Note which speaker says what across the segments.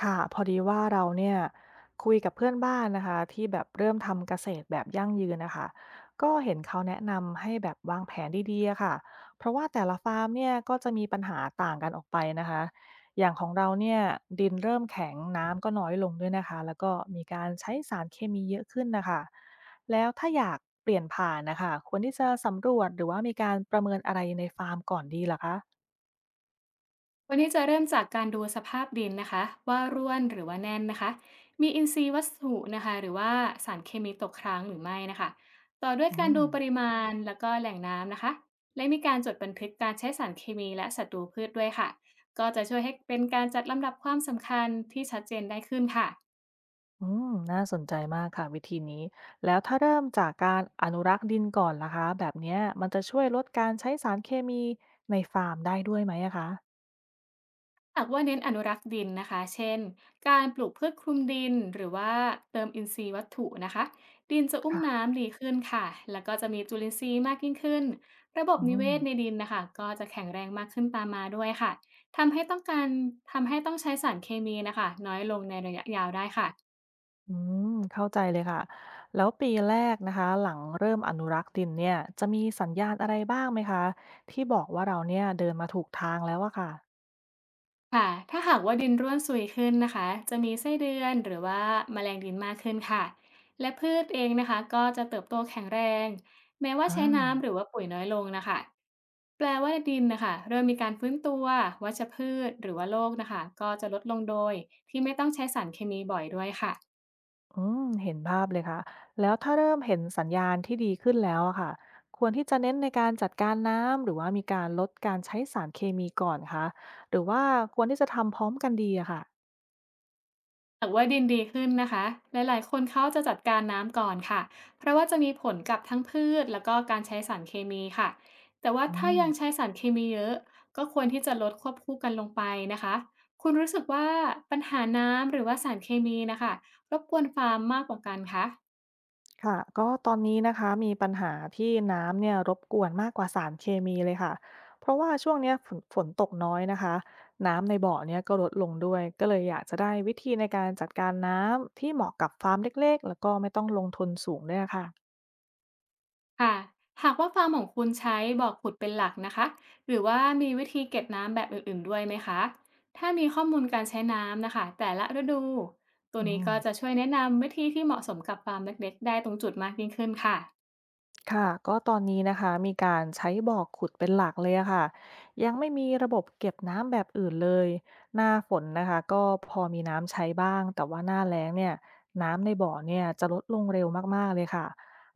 Speaker 1: ค่ะพอดีว่าเราเนี่ยคุยกับเพื่อนบ้านนะคะที่แบบเริ่มทำเกษตรแบบยั่งยืนนะคะก็เห็นเขาแนะนำให้แบบวางแผนดีๆอะค่ะเพราะว่าแต่ละฟาร์มเนี่ยก็จะมีปัญหาต่างกันออกไปนะคะอย่างของเราเนี่ยดินเริ่มแข็งน้ำก็น้อยลงด้วยนะคะแล้วก็มีการใช้สารเคมีเยอะขึ้นนะคะแล้วถ้าอยากเปลี่ยนผ่านนะคะควรที่จะสำรวจหรือว่ามีการประเมินอะไรในฟาร์มก่อนดีเหรอคะ
Speaker 2: วันนี้จะเริ่มจากการดูสภาพดินนะคะว่าร่วนหรือว่าแน่นนะคะมีอินทรีย์วัสดุนะคะหรือว่าสารเคมีตกค้างหรือไม่นะคะต่อด้วย
Speaker 1: อื
Speaker 2: การ
Speaker 1: ม
Speaker 2: ดูปริมาณแล้วก็แหล่งน้ำนะคะและมีการจดบันทึกการใช้สารเคมีและศัตรูพืชด้วยค่ะก็จะช่วยให้เป็นการจัดลำดับความสำคัญที่ชัดเจนได้ขึ้นค่ะ
Speaker 1: อืมน่าสนใจมากค่ะวิธีนี้แล้วถ้าเริ่มจากการอนุรักษ์ดินก่อนล่ะคะแบบเนี้ยมันจะช่วยลดการใช้สารเคมีในฟาร์มได้ด้วยไหมอะคะ
Speaker 2: หากว่าเน้นอนุรักษ์ดินนะคะเช่นการปลูกพืชคลุมดินหรือว่าเติมอินทรีย์วัตถุนะคะดินจะอุ้ม
Speaker 1: ค่ะ
Speaker 2: น้ำดีขึ้นค่ะแล้วก็จะมีจุลินทรีย์มากยิ่งขึ้น ระบบ
Speaker 1: อื
Speaker 2: นิเว
Speaker 1: ม
Speaker 2: ศในดินนะคะก็จะแข็งแรงมากขึ้นตามมาด้วยค่ะทำให้ต้องการทำให้ต้องใช้สารเคมีนะคะน้อยลงในระยะยาวได้ค่ะ
Speaker 1: อืมเข้าใจเลยค่ะแล้วปีแรกนะคะหลังเริ่มอนุรักษ์ดินเนี่ยจะมีสัญญาณอะไรบ้างไหมคะที่บอกว่าเราเนี่ยเดินมาถูกทางแล้วอะค่ะ
Speaker 2: ค่ะถ้าหากว่าดินร่วนซุยขึ้นนะคะจะมีไส้เดือนหรือว่าแมลงดินมากขึ้นค่ะและพืชเองนะคะก็จะเติบโตแข็งแรงแม้ว่า
Speaker 1: อ่า
Speaker 2: ใช้น้ำหรือว่าปุ๋ยน้อยลงนะคะแปลว่าดินนะคะเริ่มมีการฟื้นตัววัชพืชหรือว่าโรคนะคะก็จะลดลงโดยที่ไม่ต้องใช้สารเคมีบ่อยด้วยค่ะ
Speaker 1: อืมเห็นภาพเลยค่ะแล้วถ้าเริ่มเห็นสัญญาณที่ดีขึ้นแล้วอะค่ะควรที่จะเน้นในการจัดการน้ำหรือว่ามีการลดการใช้สารเคมีก่อนคะหรือว่าควรที่จะทำพร้อมกันดีอะค่ะ
Speaker 2: หากว่าดินดีขึ้นนะคะหลายๆคนเขาจะจัดการน้ำก่อนค่ะเพราะว่าจะมีผลกับทั้งพืชแล้วก็การใช้สารเคมีค่ะแต่ว่า
Speaker 1: อื
Speaker 2: ถ้า
Speaker 1: ม
Speaker 2: ยังใช้สารเคมีเยอะก็ควรที่จะลดควบคู่กันลงไปนะคะคุณรู้สึกว่าปัญหาน้ำหรือว่าสารเคมีนะคะรบกวนฟาร์มมากกว่ากันคะ
Speaker 1: ค่ะก็ตอนนี้นะคะมีปัญหาที่น้ำเนี่ยรบกวนมากกว่าสารเคมีเลยค่ะเพราะว่าช่วงเนี้ยฝนตกน้อยนะคะน้ำในบ่อเนี่ยก็ลดลงด้วยก็เลยอยากจะได้วิธีในการจัดการน้ำที่เหมาะกับฟาร์มเล็กๆแล้วก็ไม่ต้องลงทุนสูงด้วยอะค่ะ
Speaker 2: ค่ะหากว่าฟาร์มของคุณใช้บ่อขุดเป็นหลักนะคะ หรือว่ามีวิธีเก็บน้ำแบบอื่นๆด้วยไหมคะ ถ้ามีข้อมูลการใช้น้ำนะคะแต่ละฤดู ตัว
Speaker 1: อื
Speaker 2: นี้ก็จะ
Speaker 1: ม
Speaker 2: ช่วยแนะนำวิธีที่เหมาะสมกับฟาร์มเล็กๆได้ตรงจุดมากยิ่งขึ้นค่ะ
Speaker 1: ค่ะก็ตอนนี้นะคะมีการใช้บ่อขุดเป็นหลักเลยอะค่ะยังไม่มีระบบเก็บน้ำแบบอื่นเลยหน้าฝนนะคะก็พอมีน้ำใช้บ้างแต่ว่าหน้าแล้งเนี่ยน้ำในบ่อเนี่ยจะลดลงเร็วมากๆเลยค่ะ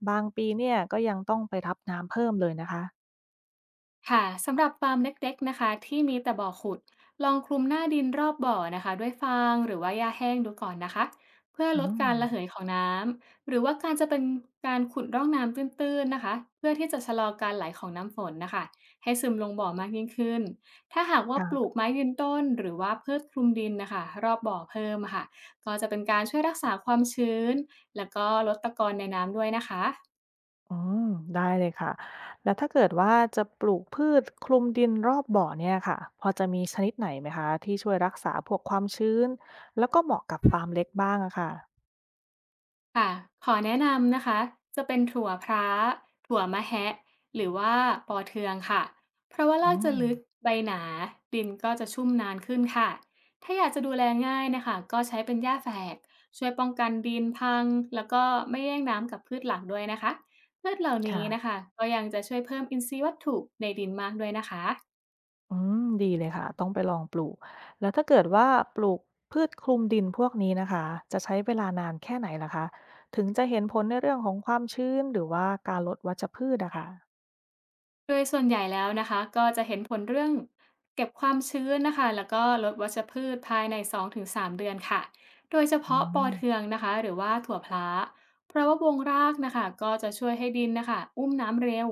Speaker 1: บางปีเนี่ยก็ยังต้องไปรับน้ำเพิ่มเลยนะคะ
Speaker 2: ค่ะสำหรับฟาร์มเล็กๆนะคะที่มีแต่บ่อขุดลองคลุมหน้าดินรอบบ่อนะคะด้วยฟางหรือว่าหญ้าแห้งดูก่อนนะคะเพื่อ
Speaker 1: อื
Speaker 2: ลด
Speaker 1: ม
Speaker 2: การระเหยของน้ำหรือว่าการจะเป็นการขุดร่องน้ำตื้นๆนะคะเพื่อที่จะชะลอการไหลของน้ำฝนนะคะให้ซึมลงบ่อมากยิ่งขึ้นถ้าหากว่าป
Speaker 1: ค่ะ
Speaker 2: ลูกไม้ยืนต้นหรือว่าพืชคลุมดินนะคะรอบบ่อเพิ่มอะค่ะก็จะเป็นการช่วยรักษาความชื้นแล้วก็ลดตะกอนในน้ำด้วยนะคะ
Speaker 1: อืมได้เลยค่ะแล้วถ้าเกิดว่าจะปลูกพืชคลุมดินรอบบ่อเนี่ยค่ะพอจะมีชนิดไหนไหมคะที่ช่วยรักษาพวกความชื้นแล้วก็เหมาะกับฟาร์มเล็กบ้างอะค่ะ
Speaker 2: ค่ะขอแนะนำนะคะจะเป็นถั่วพร้าถั่วมะแฮะหรือว่าปอเทืองค่ะ เพราะว่า
Speaker 1: อ๋อ
Speaker 2: รากจะลึกใบหนาดินก็จะชุ่มนานขึ้นค่ะ ถ้าอยากจะดูแลง่ายนะคะก็ใช้เป็นหญ้าแฝกช่วยป้องกันดินพังแล้วก็ไม่แย่งน้ำกับพืชหลักด้วยนะคะ พืชเหล่า
Speaker 1: ค่ะ
Speaker 2: นี้นะคะก็ยังจะช่วยเพิ่มอินทรีย์วัตถุในดินมากด้วยนะคะ
Speaker 1: อืมดีเลยค่ะต้องไปลองปลูกแล้วถ้าเกิดว่าปลูกพืชคลุมดินพวกนี้นะคะจะใช้เวลานานแค่ไหนล่ะคะถึงจะเห็นผลในเรื่องของความชื้นหรือว่าการลดวัชพืชอะค่ะ
Speaker 2: โดยส่วนใหญ่แล้วนะคะก็จะเห็นผลเรื่องเก็บความชื้นนะคะแล้วก็ลดวัชพืชภายใน2-3เดือนค่ะโดยเฉ
Speaker 1: อื
Speaker 2: พาะปอเทือ
Speaker 1: ม
Speaker 2: งนะคะหรือว่าถั่วพล้าเพราะว่าวงรากนะคะก็จะช่วยให้ดินนะคะอุ้มน้ำเร็ว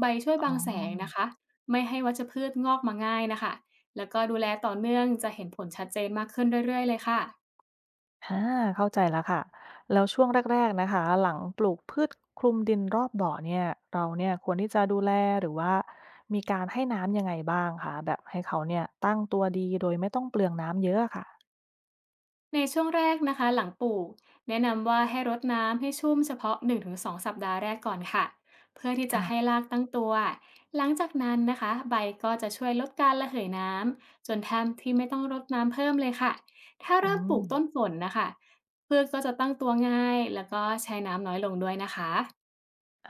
Speaker 2: ใบช่วย
Speaker 1: อ๋
Speaker 2: บังแสงนะ
Speaker 1: อ
Speaker 2: คะไม่ให้วัชพืชงอกมาง่ายนะคะแล้วก็ดูแลต่อเนื่องจะเห็นผลชัดเจนมากขึ้นเรื่อยๆเลยค่ะ
Speaker 1: อาเข้าใจแล้วค่ะแล้วช่วงแรกๆนะคะหลังปลูกพืชคลุมดินรอบบ่อเนี่ยเราเนี่ยควรที่จะดูแลหรือว่ามีการให้น้ำยังไงบ้างคะแบบให้เขาเนี่ยตั้งตัวดีโดยไม่ต้องเปลืองน้ำเยอะอะค่ะ
Speaker 2: ในช่วงแรกนะคะหลังปลูกแนะนำว่าให้รดน้ำให้ชุ่มเฉพาะ1-2สองสัปดาห์แรกก่อนค่ะเพื่อที่จะให้
Speaker 1: ค่ะ
Speaker 2: รากตั้งตัวหลังจากนั้นนะคะใบก็จะช่วยลดการระเหยน้ำจนแทบที่ไม่ต้องรดน้ำเพิ่มเลยค่ะถ้า
Speaker 1: อื
Speaker 2: เริ่มป
Speaker 1: ม
Speaker 2: ลูกต้นฝนนะคะพืชก็จะตั้งตัวง่ายแล้วก็ใช้น้ำน้อยลงด้วยนะคะ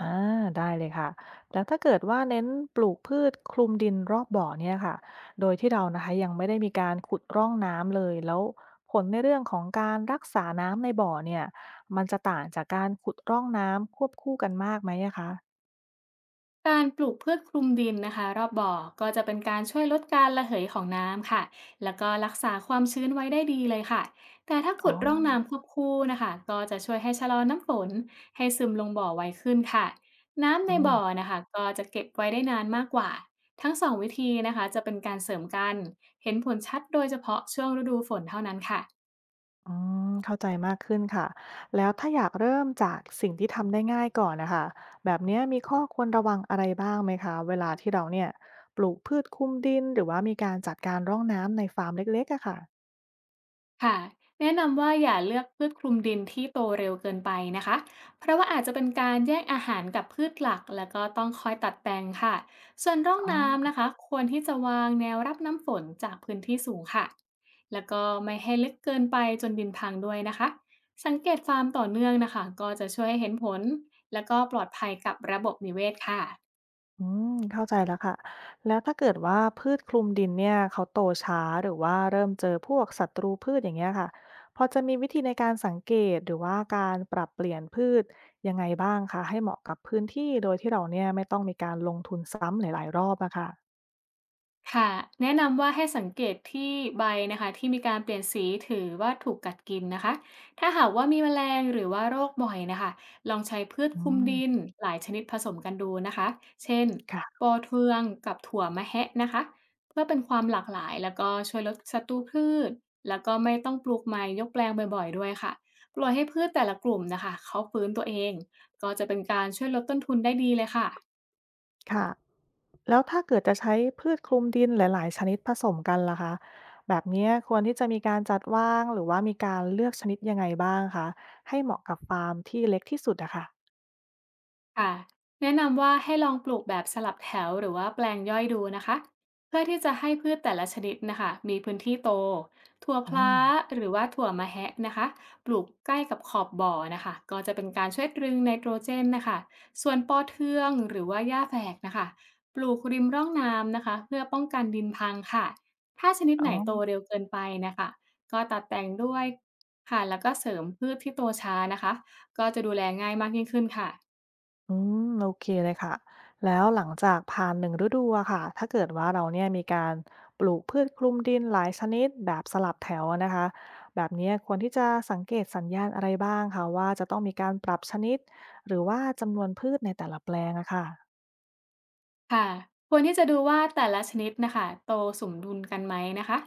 Speaker 1: อาได้เลยค่ะแล้วถ้าเกิดว่าเน้นปลูกพืชคลุมดินรอบบ่อเนี่ยค่ะโดยที่เรานะคะยังไม่ได้มีการขุดร่องน้ำเลยแล้วผลในเรื่องของการรักษาน้ำในบ่อเนี่ยมันจะต่างจากการขุดร่องน้ำควบคู่กันมากไหมอะคะ
Speaker 2: การปลูกพืชคลุมดินนะคะรอบบ่อก็จะเป็นการช่วยลดการระเหยของน้ำค่ะแล้วก็รักษาความชื้นไว้ได้ดีเลยค่ะแต่ถ้า
Speaker 1: อ๋
Speaker 2: ขุดร่อง
Speaker 1: อ
Speaker 2: น้ำควบคู่นะคะก็จะช่วยให้ชะลอน้ำฝนให้ซึมลงบ่อไวขึ้นค่ะน้ำ
Speaker 1: อื
Speaker 2: ในบ่อ
Speaker 1: ม
Speaker 2: นะคะก็จะเก็บไว้ได้นานมากกว่าทั้งสองวิธีนะคะจะเป็นการเสริมกันเห็นผลชัดโดยเฉพาะช่วงฤดูฝนเท่านั้นค่ะ
Speaker 1: อืมเข้าใจมากขึ้นค่ะ แล้วถ้าอยากเริ่มจากสิ่งที่ทำได้ง่ายก่อนนะคะ แบบเนี้ยมีข้อควรระวังอะไรบ้างไหมคะเวลาที่เราเนี่ยปลูกพืชคุมดินหรือว่ามีการจัดการร่องน้ำในฟาร์มเล็กๆอะค่ะ
Speaker 2: ค่ะแนะนำว่าอย่าเลือกพืชคลุมดินที่โตเร็วเกินไปนะคะเพราะว่าอาจจะเป็นการแย่งอาหารกับพืชหลักแล้วก็ต้องคอยตัดแปลงค่ะส่วนร่อง
Speaker 1: อ๋อ
Speaker 2: น้ำนะคะควรที่จะวางแนวรับน้ำฝนจากพื้นที่สูงค่ะแล้วก็ไม่ให้ลึกเกินไปจนดินพังด้วยนะคะสังเกตฟาร์มต่อเนื่องนะคะก็จะช่วยให้เห็นผลแล้วก็ปลอดภัยกับระบบนิเวศค่ะ
Speaker 1: อืมเข้าใจแล้วค่ะแล้วถ้าเกิดว่าพืชคลุมดินเนี่ยเขาโตช้าหรือว่าเริ่มเจอพวกศัตรูพืชอย่างเงี้ยค่ะพอจะมีวิธีในการสังเกตหรือว่าการปรับเปลี่ยนพืชยังไงบ้างคะให้เหมาะกับพื้นที่โดยที่เราเนี่ยไม่ต้องมีการลงทุนซ้ำหลายๆรอบอะค่ะ
Speaker 2: ค่ะแนะนำว่าให้สังเกตที่ใบนะคะที่มีการเปลี่ยนสีถือว่าถูกกัดกินนะคะถ้าหากว่ามีแมลงหรือว่าโรคบ่อยนะคะลองใช้พืช
Speaker 1: อื
Speaker 2: คลุมดิน
Speaker 1: ม
Speaker 2: หลายชนิดผสมกันดูนะคะเช่น
Speaker 1: ค่ะ
Speaker 2: ปอเทืองกับถั่วมะแฮะนะคะเพื่อเป็นความหลากหลายแล้วก็ช่วยลดศัตรูพืชแล้วก็ไม่ต้องปลูกใหม่ยกแปลงบ่อยๆด้วยค่ะปล่อยให้พืชแต่ละกลุ่มนะคะเขาฟื้นตัวเองก็จะเป็นการช่วยลดต้นทุนได้ดีเลยค่ะ
Speaker 1: ค่ะแล้วถ้าเกิดจะใช้พืชคลุมดินหลายๆชนิดผสมกันล่ะคะแบบเนี้ยควรที่จะมีการจัดวางหรือว่ามีการเลือกชนิดยังไงบ้างคะให้เหมาะกับฟาร์มที่เล็กที่สุดอะค่ะ
Speaker 2: ค่ะแนะนำว่าให้ลองปลูกแบบสลับแถวหรือว่าแปลงย่อยดูนะคะเพื่อที่จะให้พืชแต่ละชนิดนะคะมีพื้นที่โตถั่วพ
Speaker 1: อื
Speaker 2: ล้า
Speaker 1: ม
Speaker 2: หรือว่าถั่วมะแฮะนะคะปลูกใกล้กับขอบบ่อนะคะก็จะเป็นการช่วยตรึงไนโตรเจนนะคะส่วนปอเทืองหรือว่าหญ้าแฝกนะคะปลูกริมร่องน้ำนะคะเพื่อป้องกันดินพังค่ะถ้าชนิด
Speaker 1: อ๋อ
Speaker 2: ไหนโตเร็วเกินไปนะคะก็ตัดแต่งด้วยค่ะแล้วก็เสริมพืชที่โตช้านะคะก็จะดูแลง่ายมากยิ่งขึ้นค่ะ
Speaker 1: อืมโอเคเลยค่ะ แล้วหลังจากผ่านหนึงฤดูอะค่ะ ถ้าเกิดว่าเราเนี่ยมีการปลูกพืชคลุมดินหลายชนิดแบบสลับแถวอะนะคะ แบบเนี้ยควรที่จะสังเกตสัญญาณอะไรบ้างคะว่าจะต้องมีการปรับชนิดหรือว่าจำนวนพืชในแต่ละแปลงอะค่ะ
Speaker 2: ค่ะควรที่จะดูว่าแต่ละชนิดนะค่ะโตสมดุลกันไหมนะคะ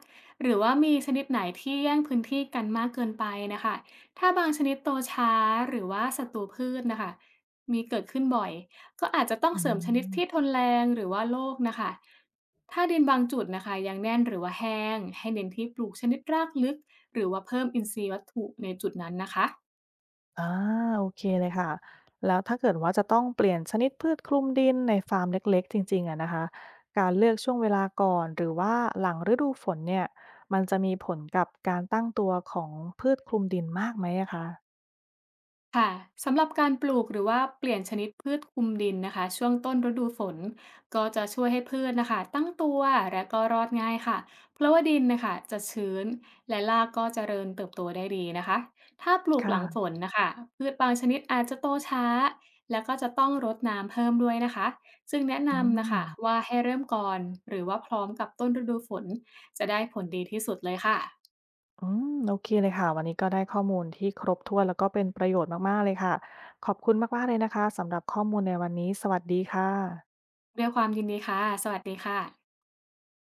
Speaker 2: หรือว่ามีชนิดไหนที่แย่งพื้นที่กันมากเกินไปนะคะถ้าบางชนิดโตช้าหรือว่าศัตรูพืชนะคะมีเกิดขึ้นบ่อยก็อาจจะต้อง
Speaker 1: อื
Speaker 2: เสริมชนิดที่ท
Speaker 1: ม
Speaker 2: นแรงหรือว่าโรคนะคะถ้าดินบางจุดนะคะยังแน่นหรือว่าแห้งให้เน้นที่ปลูกชนิดรากลึกหรือว่าเพิ่มอินทรีย์วัตถุในจุดนั้นนะคะ
Speaker 1: อาโอเคเลยค่ะแล้วถ้าเกิดว่าจะต้องเปลี่ยนชนิดพืชคลุมดินในฟาร์มเล็กๆจริงๆอะนะคะการเลือกช่วงเวลาก่อนหรือว่าหลังฤดูฝนเนี่ยมันจะมีผลกับการตั้งตัวของพืชคลุมดินมากไหมอะคะ
Speaker 2: ค่ะสำหรับการปลูกหรือว่าเปลี่ยนชนิดพืชคุมดินนะคะช่วงต้นฤดูฝนก็จะช่วยให้พืชนะคะตั้งตัวและก็รอดง่ายค่ะเพราะว่าดินนะคะจะชื้นและรากก็เจริญเติบโตได้ดีนะคะถ้าปลูกหลังฝ
Speaker 1: ค่ะ
Speaker 2: นนะคะพืชบางชนิดอาจจะโตช้าแล้วก็จะต้องรดน้ำเพิ่มด้วยนะคะซึ่งแนะ
Speaker 1: อื
Speaker 2: นำนะ
Speaker 1: ม
Speaker 2: คะว่าให้เริ่มก่อนหรือว่าพร้อมกับต้นฤดูฝนจะได้ผลดีที่สุดเลยค่ะ
Speaker 1: อืมโอเคเลยค่ะวันนี้ก็ได้ข้อมูลที่ครบถ้วนแล้วก็เป็นประโยชน์มากๆเลยค่ะขอบคุณมากๆเลยนะคะสำหรับข้อมูลในวันนี้สวัสดีค่ะ
Speaker 2: ด้วยความยินดีค่ะสวัสดีค่ะ